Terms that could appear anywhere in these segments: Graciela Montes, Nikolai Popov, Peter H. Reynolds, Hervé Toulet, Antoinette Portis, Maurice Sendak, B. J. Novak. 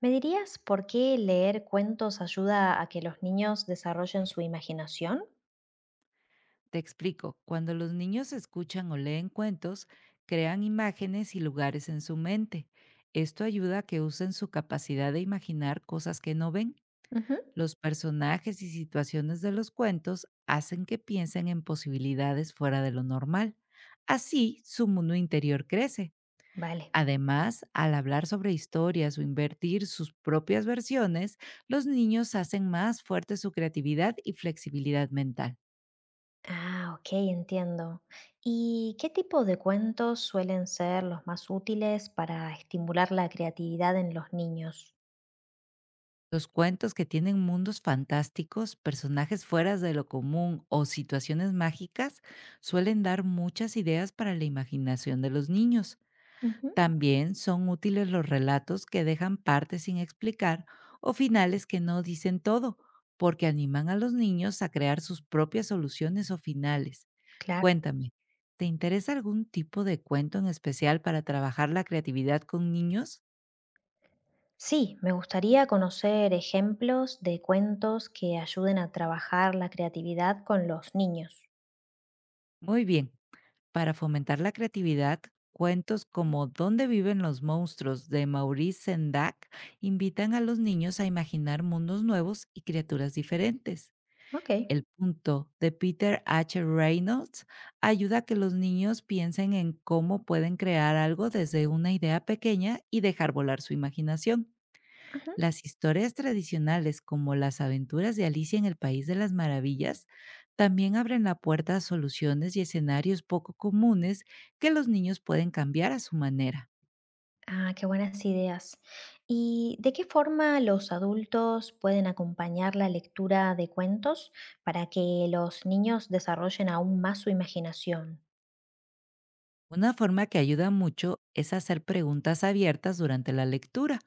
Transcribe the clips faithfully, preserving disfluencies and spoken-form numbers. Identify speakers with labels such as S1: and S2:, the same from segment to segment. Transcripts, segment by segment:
S1: ¿Me dirías por qué leer cuentos ayuda a que los niños desarrollen su imaginación?
S2: Te explico, cuando los niños escuchan o leen cuentos, crean imágenes y lugares en su mente. Esto ayuda a que usen su capacidad de imaginar cosas que no ven.
S1: Ujú.
S2: Los personajes y situaciones de los cuentos hacen que piensen en posibilidades fuera de lo normal. Así, su mundo interior crece.
S1: Vale.
S2: Además, al hablar sobre historias o invertir sus propias versiones, los niños hacen más fuerte su creatividad y flexibilidad mental.
S1: Ah, ok, entiendo. ¿Y qué tipo de cuentos suelen ser los más útiles para estimular la creatividad en los niños?
S2: Los cuentos que tienen mundos fantásticos, personajes fuera de lo común o situaciones mágicas suelen dar muchas ideas para la imaginación de los niños.
S1: Ujú.
S2: También son útiles los relatos que dejan partes sin explicar o finales que no dicen todo, porque animan a los niños a crear sus propias soluciones o finales.
S1: Claro.
S2: Cuéntame, ¿te interesa algún tipo de cuento en especial para trabajar la creatividad con niños?
S1: Sí, me gustaría conocer ejemplos de cuentos que ayuden a trabajar la creatividad con los niños.
S2: Muy bien. Para fomentar la creatividad, cuentos como ¿Dónde viven los monstruos? De Maurice Sendak invitan a los niños a imaginar mundos nuevos y criaturas diferentes.
S1: Ok.
S2: El punto de Peter hache. Reynolds ayuda a que los niños piensen en cómo pueden crear algo desde una idea pequeña y dejar volar su imaginación.
S1: Ujú.
S2: Las historias tradicionales como las aventuras de Alicia en el País de las Maravillas también abren la puerta a soluciones y escenarios poco comunes que los niños pueden cambiar a su manera.
S1: Ah, qué buenas ideas. ¿Y de qué forma los adultos pueden acompañar la lectura de cuentos para que los niños desarrollen aún más su imaginación?
S2: Una forma que ayuda mucho es hacer preguntas abiertas durante la lectura.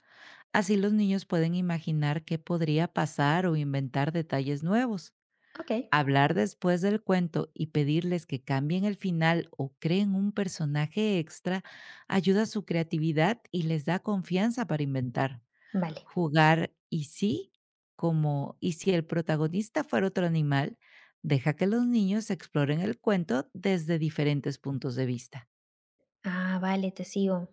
S2: Así los niños pueden imaginar qué podría pasar o inventar detalles nuevos.
S1: Ok,
S2: Hablar después del cuento y pedirles que cambien el final o creen un personaje extra ayuda a su creatividad y les da confianza para inventar.
S1: vale.
S2: Jugar y sí, como y si el protagonista fuera otro animal, deja que los niños exploren el cuento desde diferentes puntos de vista.
S1: Ah, vale, te sigo.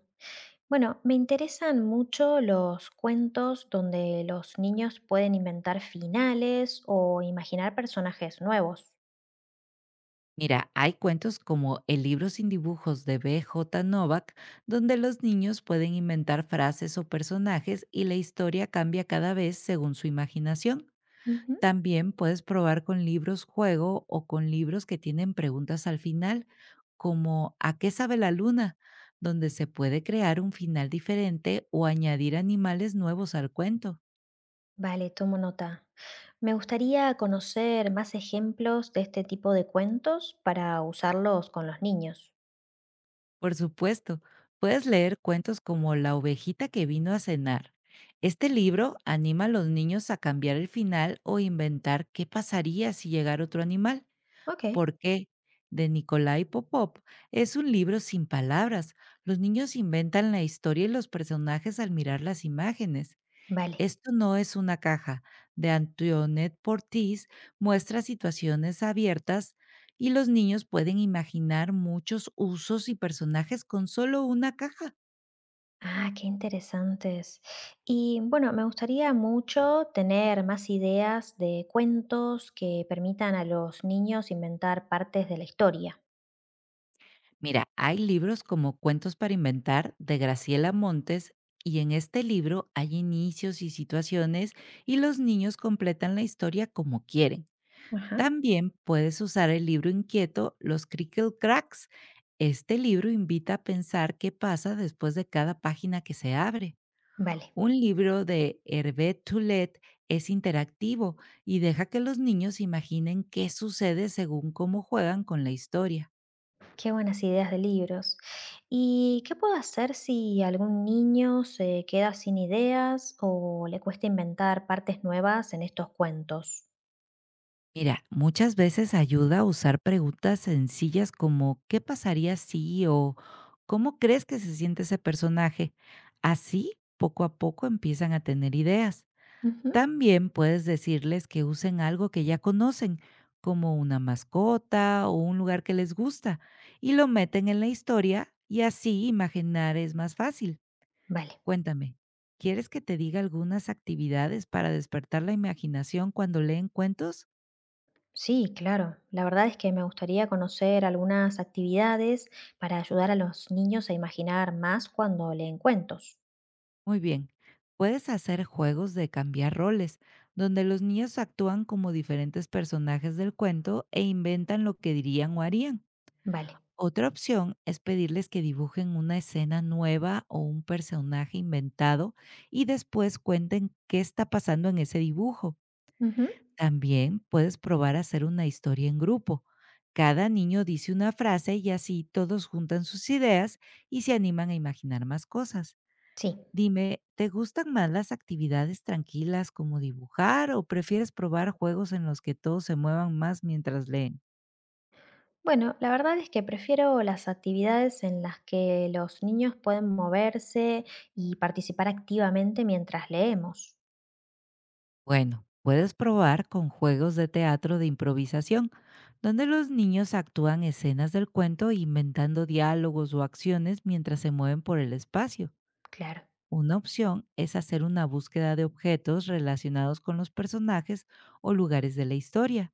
S1: Bueno, me interesan mucho los cuentos donde los niños pueden inventar finales o imaginar personajes nuevos.
S2: Mira, hay cuentos como El libro sin dibujos de B J. Novak, donde los niños pueden inventar frases o personajes y la historia cambia cada vez según su imaginación.
S1: Ujú.
S2: También puedes probar con libros juego o con libros que tienen preguntas al final, como ¿A qué sabe la luna?, donde se puede crear un final diferente o añadir animales nuevos al cuento.
S1: Vale, tomo nota. Me gustaría conocer más ejemplos de este tipo de cuentos para usarlos con los niños.
S2: Por supuesto, puedes leer cuentos como La ovejita que vino a cenar. Este libro anima a los niños a cambiar el final o inventar qué pasaría si llegara otro animal.
S1: Ok.
S2: ¿Por qué? De Nikolai Popov. Es un libro sin palabras. Los niños inventan la historia y los personajes al mirar las imágenes.
S1: Vale.
S2: Esto no es una caja, de Antoinette Portis, muestra situaciones abiertas y los niños pueden imaginar muchos usos y personajes con solo una caja.
S1: Ah, qué interesantes. Y bueno, me gustaría mucho tener más ideas de cuentos que permitan a los niños inventar partes de la historia.
S2: Mira, hay libros como Cuentos para Inventar de Graciela Montes, y en este libro hay inicios y situaciones y los niños completan la historia como quieren.
S1: Ajá.
S2: También puedes usar el libro inquieto Los Crickle Cracks. Este libro invita a pensar qué pasa después de cada página que se abre.
S1: Vale.
S2: Un libro de Hervé Toulet es interactivo y deja que los niños imaginen qué sucede según cómo juegan con la historia.
S1: Qué buenas ideas de libros. ¿Y qué puedo hacer si algún niño se queda sin ideas o le cuesta inventar partes nuevas en estos cuentos?
S2: Mira, muchas veces ayuda a usar preguntas sencillas como ¿qué pasaría si? o ¿cómo crees que se siente ese personaje? Así, poco a poco empiezan a tener ideas.
S1: Ujú.
S2: También puedes decirles que usen algo que ya conocen, como una mascota o un lugar que les gusta, y lo meten en la historia y así imaginar es más fácil.
S1: Vale.
S2: Cuéntame, ¿quieres que te diga algunas actividades para despertar la imaginación cuando leen cuentos?
S1: Sí, claro. La verdad es que me gustaría conocer algunas actividades para ayudar a los niños a imaginar más cuando leen cuentos.
S2: Muy bien, puedes hacer juegos de cambiar roles, donde los niños actúan como diferentes personajes del cuento e inventan lo que dirían o harían.
S1: Vale.
S2: Otra opción es pedirles que dibujen una escena nueva o un personaje inventado y después cuenten qué está pasando en ese dibujo.
S1: Ujú.
S2: También puedes probar a hacer una historia en grupo. Cada niño dice una frase y así todos juntan sus ideas y se animan a imaginar más cosas.
S1: Sí.
S2: Dime, ¿te gustan más las actividades tranquilas como dibujar o prefieres probar juegos en los que todos se muevan más mientras leen?
S1: Bueno, la verdad es que prefiero las actividades en las que los niños pueden moverse y participar activamente mientras leemos.
S2: Bueno, puedes probar con juegos de teatro de improvisación, donde los niños actúan escenas del cuento e inventando diálogos o acciones mientras se mueven por el espacio.
S1: Claro.
S2: Una opción es hacer una búsqueda de objetos relacionados con los personajes o lugares de la historia.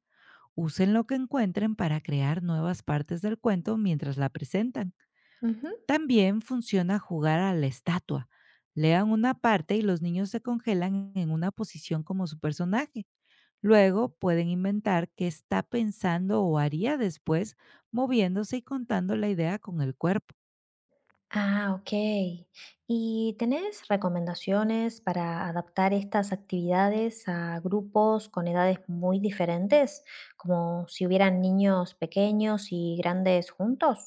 S2: Usen lo que encuentren para crear nuevas partes del cuento mientras la presentan.
S1: Ujú.
S2: También funciona jugar a la estatua. Lean una parte y los niños se congelan en una posición como su personaje. Luego pueden inventar qué está pensando o haría después, moviéndose y contando la idea con el cuerpo.
S1: Ah, ok. ¿Y tenés recomendaciones para adaptar estas actividades a grupos con edades muy diferentes, como si hubieran niños pequeños y grandes juntos?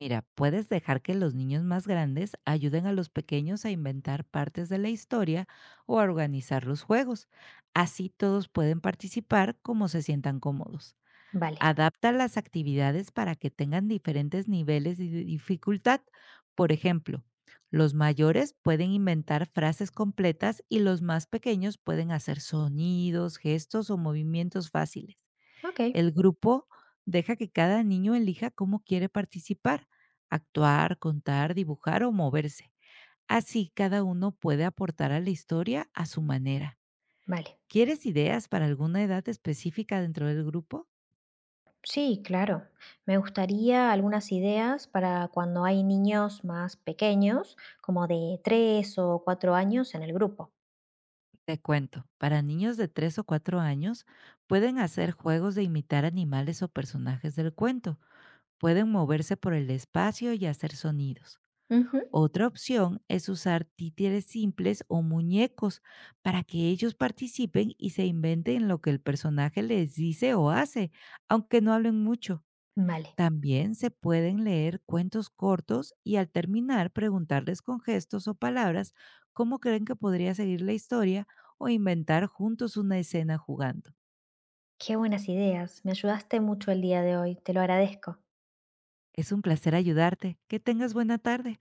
S2: Mira, puedes dejar que los niños más grandes ayuden a los pequeños a inventar partes de la historia o a organizar los juegos. Así todos pueden participar como se sientan cómodos.
S1: Vale,
S2: Adapta las actividades para que tengan diferentes niveles de dificultad. Por ejemplo, los mayores pueden inventar frases completas y los más pequeños pueden hacer sonidos, gestos o movimientos fáciles.
S1: ok,
S2: El grupo deja que cada niño elija cómo quiere participar, actuar, contar, dibujar o moverse. Así cada uno puede aportar a la historia a su manera.
S1: vale.
S2: ¿Quieres ideas para alguna edad específica dentro del grupo?
S1: Sí, claro. Me gustaría algunas ideas para cuando hay niños más pequeños, como de tres o cuatro años en el grupo.
S2: Te cuento, para niños de tres o cuatro años pueden hacer juegos de imitar animales o personajes del cuento. Pueden moverse por el espacio y hacer sonidos.
S1: Ujú.
S2: Otra opción es usar títeres simples o muñecos para que ellos participen y se inventen lo que el personaje les dice o hace, aunque no hablen mucho.
S1: Vale,
S2: También se pueden leer cuentos cortos y al terminar preguntarles con gestos o palabras cómo creen que podría seguir la historia o inventar juntos una escena jugando.
S1: qué buenas ideas. Me ayudaste mucho el día de hoy. Te lo agradezco.
S2: Es un placer ayudarte. Que tengas buena tarde.